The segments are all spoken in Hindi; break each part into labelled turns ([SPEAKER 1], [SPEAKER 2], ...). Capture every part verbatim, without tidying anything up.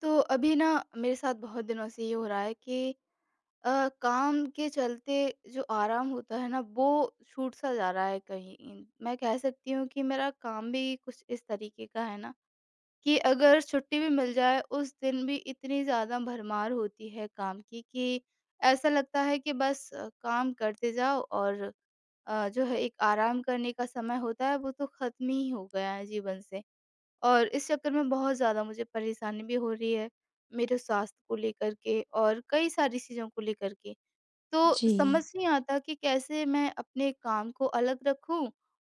[SPEAKER 1] तो अभी ना, मेरे साथ बहुत दिनों से ये हो रहा है कि अ, काम के चलते जो आराम होता है ना, वो छूट सा जा रहा है। कहीं मैं कह सकती हूँ कि मेरा काम भी कुछ इस तरीके का है ना, कि अगर छुट्टी भी मिल जाए उस दिन भी इतनी ज़्यादा भरमार होती है काम की, कि ऐसा लगता है कि बस अ, काम करते जाओ। और अ, जो है, एक आराम करने का समय होता है वो तो खत्म ही हो गया है जीवन से। और इस चक्कर में बहुत ज़्यादा मुझे परेशानी भी हो रही है, मेरे स्वास्थ्य को लेकर के और कई सारी चीज़ों को लेकर के। तो समझ
[SPEAKER 2] जी,
[SPEAKER 1] नहीं आता कि कैसे मैं अपने काम को अलग रखूँ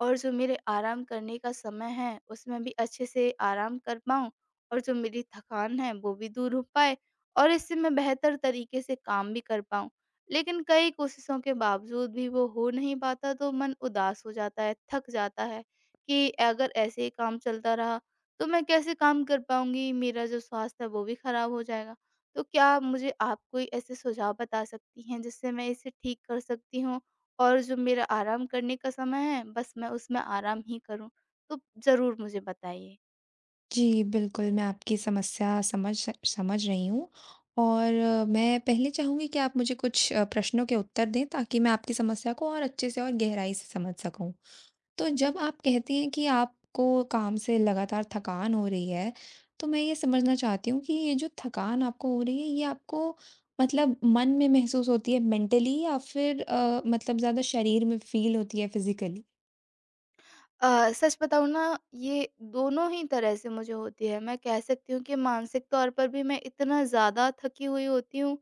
[SPEAKER 1] और जो मेरे आराम करने का समय है, उसमें भी अच्छे से आराम कर पाऊँ और जो मेरी थकान है, वो भी दूर हो पाए और इससे मैं बेहतर तरीके से काम भी कर पाऊँ। लेकिन कई कोशिशों के बावजूद भी वो हो नहीं पाता, तो मन उदास हो जाता है, थक जाता है कि अगर ऐसे ही काम चलता रहा, तो मैं कैसे काम कर पाऊँगी? मेरा जो स्वास्थ्य है, वो भी खराब हो जाएगा। तो क्या आप मुझे आप कोई ऐसे सुझाव बता सकती हैं जिससे मैं इसे ठीक कर सकती हूँ? और जो मेरा आराम करने का समय है, बस मैं उसमें आराम ही करूँ? तो ज़रूर मुझे बताइए।
[SPEAKER 2] जी, बिल्कुल, मैं आपकी समस्या समझ स समझ रही हूँ और अ, मैं पहले चाहूँगी कि आप मुझे कुछ अ, प्रश्नों के उत्तर दें, ताकि मैं आपकी समस्या को और अच्छे से और गहराई से समझ सकूँ। तो जब आप कहती हैं कि आपको काम से लगातार थकान हो रही है, तो मैं ये समझना चाहती हूँ कि ये जो थकान आपको हो रही है, ये आपको मतलब मन में महसूस होती है मेंटली, या फिर अ, मतलब ज़्यादा शरीर में फ़ील होती है फिज़िकली?
[SPEAKER 1] अ, सच बताऊँ ना, ये दोनों ही तरह से मुझे होती है। मैं कह सकती हूँ कि मानसिक तौर पर भी मैं इतना ज़्यादा थकी हुई होती हूँ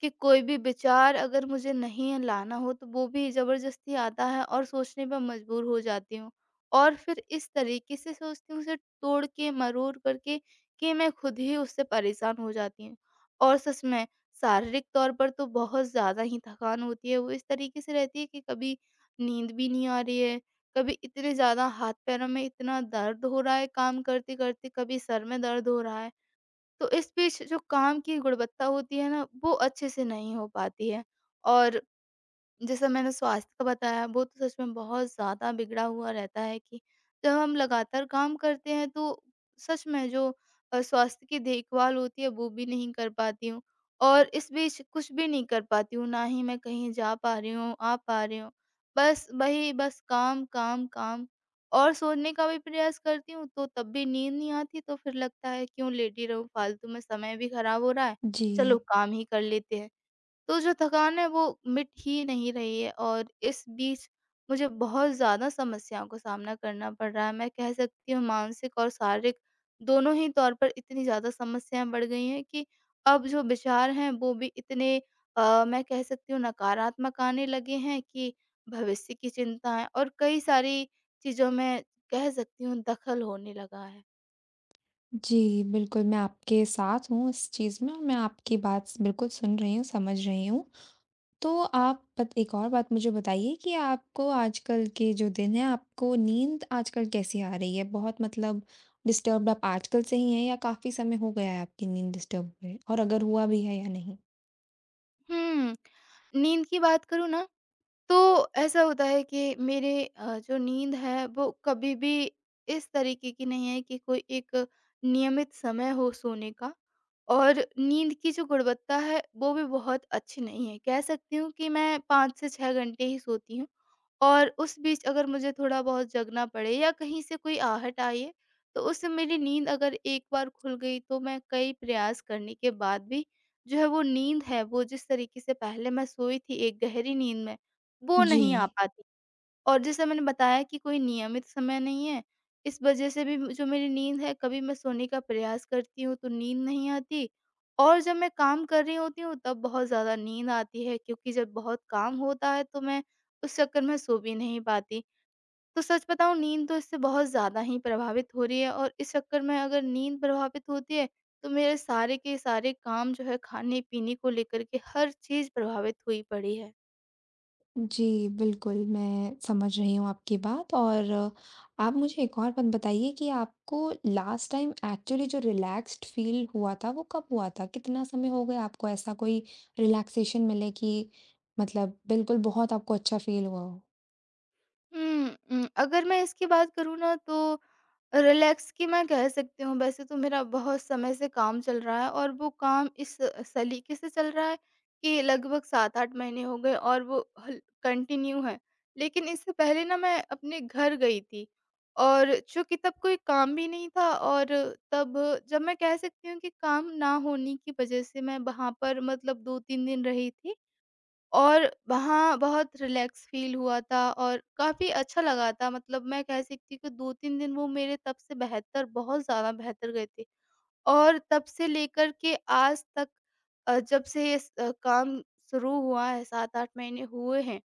[SPEAKER 1] कि कोई भी विचार अगर मुझे नहीं लाना हो तो वो भी ज़बरदस्ती आता है और सोचने पे मजबूर हो जाती हूँ। और फिर इस तरीके से सोचती हूँ उसे तोड़ के मरोड़ करके, कि मैं खुद ही उससे परेशान हो जाती हूँ। और सच में शारीरिक तौर पर तो बहुत ज़्यादा ही थकान होती है। वो इस तरीके से रहती है कि कभी नींद भी नहीं आ रही है, कभी इतने ज़्यादा हाथ पैरों में इतना दर्द हो रहा है काम करते-करते, कभी सर में दर्द हो रहा है। तो इस बीच जो काम की गुणवत्ता होती है ना, वो अच्छे से नहीं हो पाती है। और जैसा मैंने स्वास्थ्य का बताया, वो तो सच में बहुत ज़्यादा बिगड़ा हुआ रहता है कि जब हम लगातार काम करते हैं, तो सच में जो अ, स्वास्थ्य की देखभाल होती है वो भी नहीं कर पाती हूँ। और इस बीच कुछ भी नहीं कर पाती हूँ, ना ही मैं कहीं जा पा रही हूँ, आ पा रही हूँ। बस वही, बस काम काम काम। और सोने का भी प्रयास करती हूँ, तो तब भी नींद नहीं आती, तो फिर लगता है क्यों लेटी रहूं, फालतू में समय भी खराब हो रहा है,
[SPEAKER 2] जी।
[SPEAKER 1] चलो काम ही कर लेते हैं। तो जो थकान है वो मिट ही नहीं रही है, और इस बीच मुझे बहुत ज़्यादा समस्याओं का सामना करना पड़ रहा है। मैं कह सकती हूँ, मानसिक और शारीरिक दोनों ही तौर पर इतनी ज़्यादा समस्याएँ बढ़ गई हैं कि अब जो विचार हैं वो भी इतने, अ, मैं कह सकती हूँ, नकारात्मक आने लगे हैं कि भविष्य की चिंता है और कई सारी चीज़ों में, कह सकती हूँ, दखल होने लगा है।
[SPEAKER 2] जी, बिल्कुल, मैं आपके साथ हूँ इस चीज़ में, और मैं आपकी बात स बिल्कुल सुन रही हूँ, समझ रही हूँ। तो आप बत एक और बात मुझे बताइए कि आपको आजकल के जो दिन हैं, आपको नींद आजकल कैसी आ रही है? बहुत मतलब, डिस्टर्ब्ड आप आजकल से ही हैं या काफ़ी समय हो गया है आपकी नींद डिस्टर्ब हुए? और अगर हुआ भी है या नहीं?
[SPEAKER 1] हुँ, नींद की बात करूँ ना, तो ऐसा होता है कि मेरे, अ, जो नींद है वो कभी भी इस तरीके की नहीं है कि कोई एक नियमित समय हो सोने का। और नींद की जो गुणवत्ता है वो भी बहुत अच्छी नहीं है। कह सकती हूँ कि मैं पाँच से छह घंटे ही सोती हूँ। और उस बीच अगर मुझे थोड़ा-बहुत जगना पड़े या कहीं से कोई आहट आई है, तो उससे मेरी नींद अगर एक बार खुल गई, तो मैं कई प्रयास करने के बाद भी, जो है वो नींद है, वो जिस तरीके से पहले मैं सोई थी एक गहरी नींद में, वो
[SPEAKER 2] जी।
[SPEAKER 1] नहीं आ पाती। और जैसा मैंने बताया कि कोई नियमित समय नहीं है, इस वजह से भी जो मेरी नींद है, कभी मैं सोने का प्रयास करती हूँ तो नींद नहीं आती, और जब मैं काम कर रही होती हूँ तब बहुत ज़्यादा नींद आती है, क्योंकि जब बहुत काम होता है तो मैं उस चक्कर में सो भी नहीं पाती। तो सच बताऊँ, नींद तो इससे बहुत ज़्यादा ही प्रभावित हो रही है, और इस चक्कर में अगर नींद प्रभावित होती है तो मेरे सारे के सारे काम जो है, खाने-पीने को लेकर के हर चीज़ प्रभावित हुई पड़ी है।
[SPEAKER 2] जी, बिल्कुल, मैं समझ रही हूँ आपकी बात। और अ, आप मुझे एक और बात बताइए कि आपको लास्ट टाइम एक्चुअली जो रिलैक्स्ड फ़ील हुआ था, वो कब हुआ था? कितना समय हो गया आपको ऐसा कोई रिलैक्सेशन मिले, कि मतलब बिल्कुल बहुत आपको अच्छा फ़ील हुआ हो?
[SPEAKER 1] हुँ, उम, अगर मैं इसकी बात करूँ ना, तो रिलैक्स की, मैं कह सकती हूँ, वैसे तो मेरा बहुत समय से काम चल रहा है, और वो काम इस सलीके से चल रहा है कि लगभग सात आठ महीने हो गए और वो हल कंटिन्यू है। लेकिन इससे पहले ना, मैं अपने घर गई थी, और चूँकि तब कोई काम भी नहीं था, और तब, जब मैं कह सकती हूँ कि काम ना होने की वज़ह से मैं वहाँ पर मतलब दो तीन दिन रही थी। और वहाँ बहुत रिलैक्स फ़ील हुआ था और काफ़ी अच्छा लगा था, मतलब मैं कह सकती हूँ कि दो तीन दिन वो मेरे तब से बेहतर, बहुत ज़्यादा बेहतर गए थे। और तब से लेकर के आज तक, अ, जब से ये स अ, काम शुरू हुआ है, सात आठ महीने हुए हैं।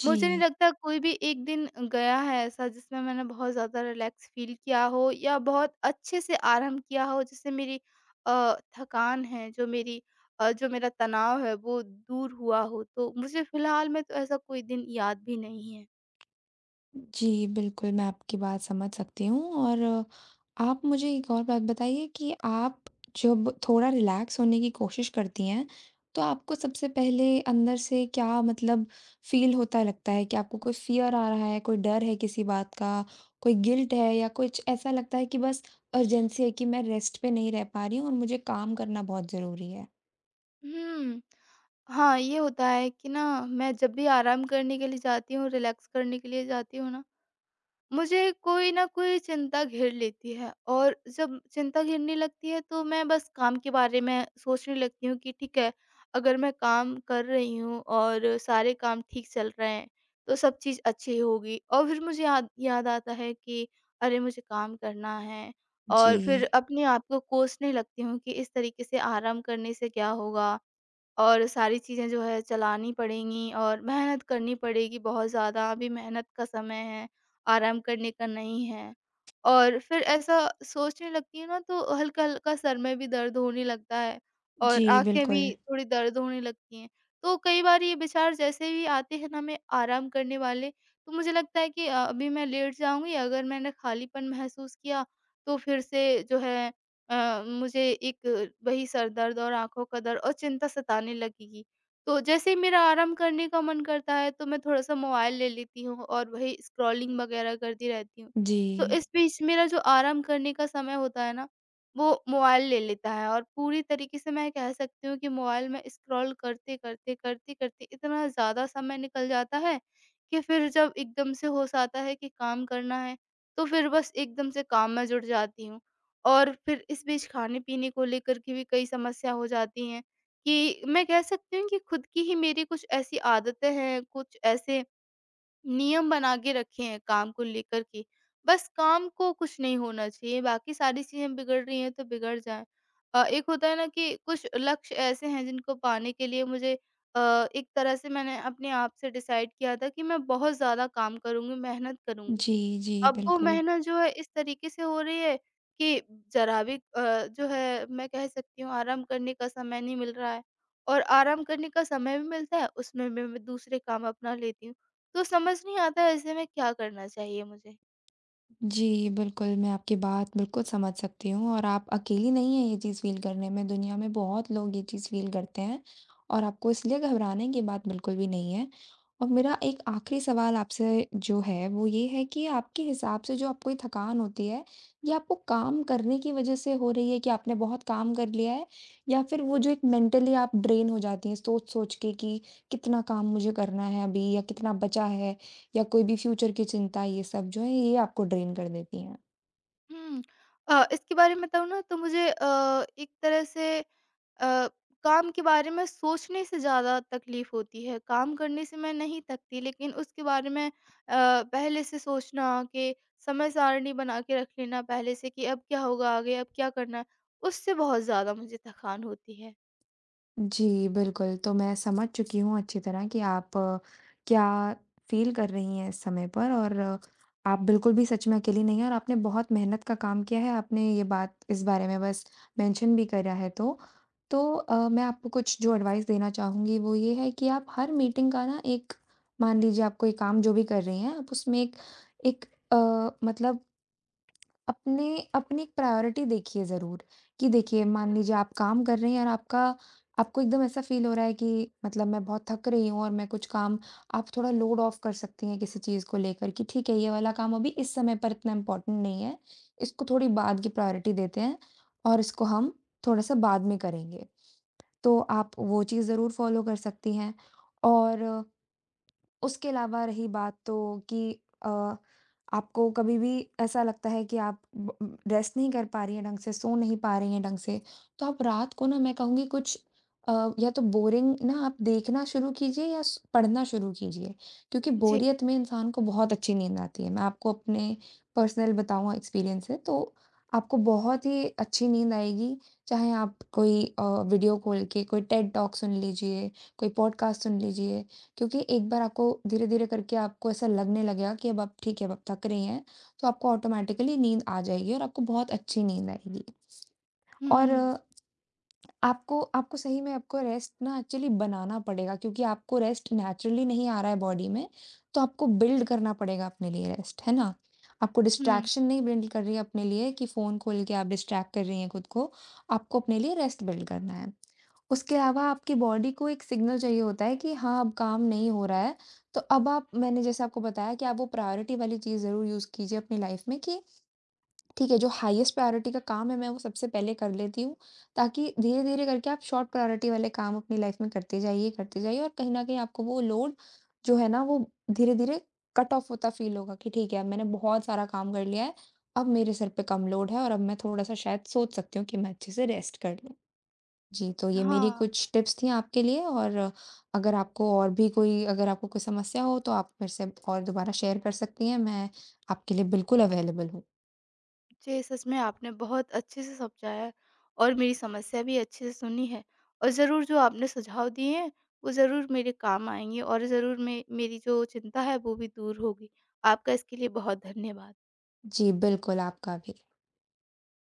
[SPEAKER 2] जी।
[SPEAKER 1] मुझे नहीं लगता कोई भी एक दिन गया है ऐसा जिसमें मैंने बहुत ज़्यादा रिलैक्स फ़ील किया हो या बहुत अच्छे से आराम किया हो, जिससे मेरी अ, थकान है जो मेरी अ, जो मेरा तनाव है, वो दूर हुआ हो। तो मुझे फ़िलहाल में तो ऐसा कोई दिन याद भी नहीं है।
[SPEAKER 2] जी, बिल्कुल, मैं आपकी बात समझ सकती हूँ। और आप मुझे एक और बात बताइए कि आप जब थोड़ा रिलैक्स होने की कोशिश करती हैं, तो आपको सबसे पहले अंदर से क्या, मतलब, फ़ील होता है? लगता है कि आपको कोई फ़ियर आ रहा है, कोई डर है किसी बात का, कोई गिल्ट है, या कुछ ऐसा लगता है कि बस अर्जेंसी है कि मैं रेस्ट पे नहीं रह पा रही हूँ और मुझे काम करना बहुत ज़रूरी है?
[SPEAKER 1] हुँ। हाँ, ये होता है कि ना, मैं जब भी आराम करने के लिए जाती हूँ, रिलैक्स करने के लिए जाती हूँ ना, मुझे कोई ना कोई चिंता घेर लेती है, और जब चिंता घेरने लगती है तो मैं बस काम के बारे में सोचने लगती हूँ कि ठीक है, अगर मैं काम कर रही हूँ और सारे काम ठीक चल रहे हैं तो सब चीज़ अच्छी होगी। और फिर मुझे याद याद आता है कि अरे मुझे काम करना है।
[SPEAKER 2] जी।
[SPEAKER 1] और फिर अपने आप को कोसने लगती हूँ कि इस तरीके से आराम करने से क्या होगा, और सारी चीज़ें जो है चलानी पड़ेंगी और मेहनत करनी पड़ेगी बहुत ज़्यादा। अभी मेहनत का समय है, आराम करने का नहीं है। और फिर ऐसा सोचने लगती हूँ ना, तो हल्का-हल्का सर में भी दर्द होने लगता है और
[SPEAKER 2] जी,
[SPEAKER 1] आँखें
[SPEAKER 2] बिल्कुल।
[SPEAKER 1] भी थोड़ी दर्द होने लगती हैं। तो कई बार ये विचार जैसे भी आते हैं ना, मैं आराम करने वाले, तो मुझे लगता है कि अ, अभी मैं लेट जाऊँगी, अगर मैंने खालीपन महसूस किया, तो फिर से जो है, अ, मुझे एक वही सर दर्द और आँखों का दर्द और चिंता सताने लगेगी। तो जैसे ही मेरा आराम करने का मन करता है, तो मैं थोड़ा-सा मोबाइल ले लेती हूँ और वही स्क्रॉलिंग वग़ैरह करती रहती हूँ।
[SPEAKER 2] जी।
[SPEAKER 1] तो इस बीच मेरा जो आराम करने का समय होता है ना, वो मोबाइल ले लेता है, और पूरी तरीके से मैं कह सकती हूँ कि मोबाइल में स्क्रॉल करते-करते, करते-करते इतना ज़्यादा समय निकल जाता है कि फिर जब एकदम से होश आता है कि काम करना है, तो फिर बस एकदम से काम में जुट जाती हूँ। और फिर इस बीच खाने-पीने को लेकर के भी कई समस्या हो जाती हैं कि मैं कह सकती हूँ कि खुद की ही मेरी कुछ ऐसी आदतें हैं, कुछ ऐसे नियम बना के रखे हैं काम को लेकर के। बस काम को कुछ नहीं होना चाहिए, बाकी सारी चीज़ें बिगड़ रही हैं तो बिगड़ जाएँ। अ, एक होता है ना कि कुछ लक्ष्य ऐसे हैं जिनको पाने के लिए मुझे, अ, एक तरह से मैंने अपने आप से डिसाइड किया था कि मैं बहुत ज़्यादा काम करूँगी, मेहनत करूँगी।
[SPEAKER 2] जी, जी,
[SPEAKER 1] अब वो
[SPEAKER 2] बिल्कुल।
[SPEAKER 1] मेहनत जो है इस तरीके से हो रही है कि ज़रा भी अ, जो है, मैं कह सकती हूँ, आराम करने का समय नहीं मिल रहा है, और आराम करने का समय भी मिलता है उसमें भी मैं दूसरे काम अपना लेती हूँ। तो समझ नहीं आता है ऐसे में क्या करना चाहिए मुझे?
[SPEAKER 2] जी, बिल्कुल, मैं आपकी बात बिल्कुल समझ सकती हूँ, और आप अकेली नहीं हैं ये चीज़ फ़ील करने में। दुनिया में बहुत लोग ये चीज़ फ़ील करते हैं, और आपको इसलिए घबराने की बात बिल्कुल भी नहीं है। और मेरा एक आखिरी सवाल आपसे जो है, वो ये है कि आपके हिसाब से जो आपको ये थकान होती है, ये आपको काम करने की वज़ह से हो रही है कि आपने बहुत काम कर लिया है? या फिर वो जो एक मेंटली आप ड्रेन हो जाती हैं सोच-सोच के, कि कितना काम मुझे करना है अभी या कितना बचा है? या कोई भी फ्यूचर की चिंता, ये सब जो है ये आपको ड्रेन कर देती हैं।
[SPEAKER 1] हुँ। अ, इसके बारे में बताऊँ ना, तो मुझे अ, एक तरह से, अ, काम के बारे में सोचने से ज़्यादा तकलीफ़ होती है, काम करने से मैं नहीं थकती, लेकिन उसके बारे में अ, पहले से सोचना कि समय सारणी बना के रख लेना पहले से कि अब क्या होगा आगे, अब क्या करना है, उससे बहुत ज़्यादा मुझे थकान होती है।
[SPEAKER 2] जी, बिल्कुल, तो मैं समझ चुकी हूँ अच्छी तरह कि आप अ, क्या फ़ील कर रही हैं इस समय पर। और अ, आप बिल्कुल भी सच में अकेली नहीं हैं, और आपने बहुत मेहनत का काम किया है, आपने ये बात इस बारे में बस मेंशन भी करा है तो। तो अ, मैं आपको कुछ जो एडवाइस देना चाहूँगी वो ये है कि आप हर मीटिंग का ना एक, मान लीजिए आप कोई काम जो भी कर रही हैं, आप उसमें एक एक अ, मतलब अपने अपनी एक प्रायोरिटी देखिए ज़रूर, कि देखिए मान लीजिए आप काम कर रहे हैं और आपका आपको एकदम ऐसा फ़ील हो रहा है कि मतलब मैं बहुत थक रही हूँ, और मैं कुछ काम, आप थोड़ा लोड ऑफ कर सकती हैं किसी चीज़ को लेकर, कि ठीक है ये वाला काम अभी इस समय पर इतना इम्पोर्टेंट नहीं है, इसको थोड़ी बाद की प्रायोरिटी देते हैं और इसको हम थोड़ा सा बाद में करेंगे। तो आप वो चीज़ ज़रूर फॉलो कर सकती हैं। और उसके अलावा रही बात तो कि अ, आपको कभी भी ऐसा लगता है कि आप ब उम, रेस्ट नहीं कर पा रही हैं ढंग से, सो नहीं पा रही हैं ढंग से, तो आप रात को ना, मैं कहूँगी, कुछ अ, या तो बोरिंग ना आप देखना शुरू कीजिए या स पढ़ना शुरू कीजिए, क्योंकि
[SPEAKER 1] जी।
[SPEAKER 2] बोरियत में इंसान को बहुत अच्छी नींद आती है। मैं आपको अपने पर्सनल बताऊँ एक्सपीरियंस है, तो आपको बहुत ही अच्छी नींद आएगी, चाहे आप कोई अ, वीडियो खोल के कोई टेड टॉक सुन लीजिए, कोई पॉडकास्ट सुन लीजिए। क्योंकि एक बार आपको धीरे-धीरे करके आपको ऐसा लगने लगेगा कि अब आप ठीक है, अब आप थक रही हैं, तो आपको ऑटोमेटिकली नींद आ जाएगी और आपको बहुत अच्छी नींद आएगी। और
[SPEAKER 1] हुँ,
[SPEAKER 2] अ, आपको आपको सही में आपको रेस्ट ना एक्चुअली बनाना पड़ेगा, क्योंकि आपको रेस्ट नेचुरली नहीं आ रहा है बॉडी में, तो आपको बिल्ड करना पड़ेगा अपने लिए रेस्ट, है ना? आपको
[SPEAKER 1] हुँ।
[SPEAKER 2] डिस्ट्रैक्शन नहीं, बिल्ड कर रही है अपने लिए कि फ़ोन खोल के आप डिस्ट्रैक्ट कर रही हैं खुद को, आपको अपने लिए रेस्ट बिल्ड करना है। उसके अलावा आपकी बॉडी को एक सिग्नल चाहिए होता है कि हाँ, अब काम नहीं हो रहा है। तो अब आप, मैंने जैसे आपको बताया कि आप वो प्रायोरिटी वाली चीज़ ज़रूर यूज़ कीजिए अपनी लाइफ़ में, कि ठीक है, जो हाईएस्ट प्रायोरिटी का काम है, मैं वो सबसे पहले कर लेती हूँ, ताकि धीरे-धीरे करके आप शॉर्ट प्रायोरिटी वाले काम अपनी लाइफ़ में करते जाइए, करते जाइए, और कहीं न कहीं आपको वो लोड जो है ना, वो धीरे-धीरे कट ऑफ होता फ़ील होगा, कि ठीक है, अब मैंने बहुत सारा काम कर लिया है, अब मेरे सर पे कम लोड है और अब मैं थोड़ा-सा शायद सोच सकती हूँ कि मैं अच्छे से रेस्ट कर लूँ। जी, तो ये मेरी
[SPEAKER 1] हाँ।
[SPEAKER 2] कुछ टिप्स थी आपके लिए। और अगर आपको और भी कोई अगर आपको कोई समस्या हो तो आप मेरे से और दोबारा शेयर कर सकती हैं, मैं आपके लिए बिल्कुल अवेलेबल हूँ।
[SPEAKER 1] जी, सच में आपने बहुत अच्छे से समझाया है, और मेरी समस्या भी अच्छे से सुनी है, और ज़रूर जो आपने सुझाव दिए हैं, वो ज़रूर मेरे काम आएँगे, और ज़रूर मैं, मेरी जो चिंता है, वो भी दूर होगी। आपका इसके लिए बहुत धन्यवाद।
[SPEAKER 2] जी, बिल्कुल आपका भी।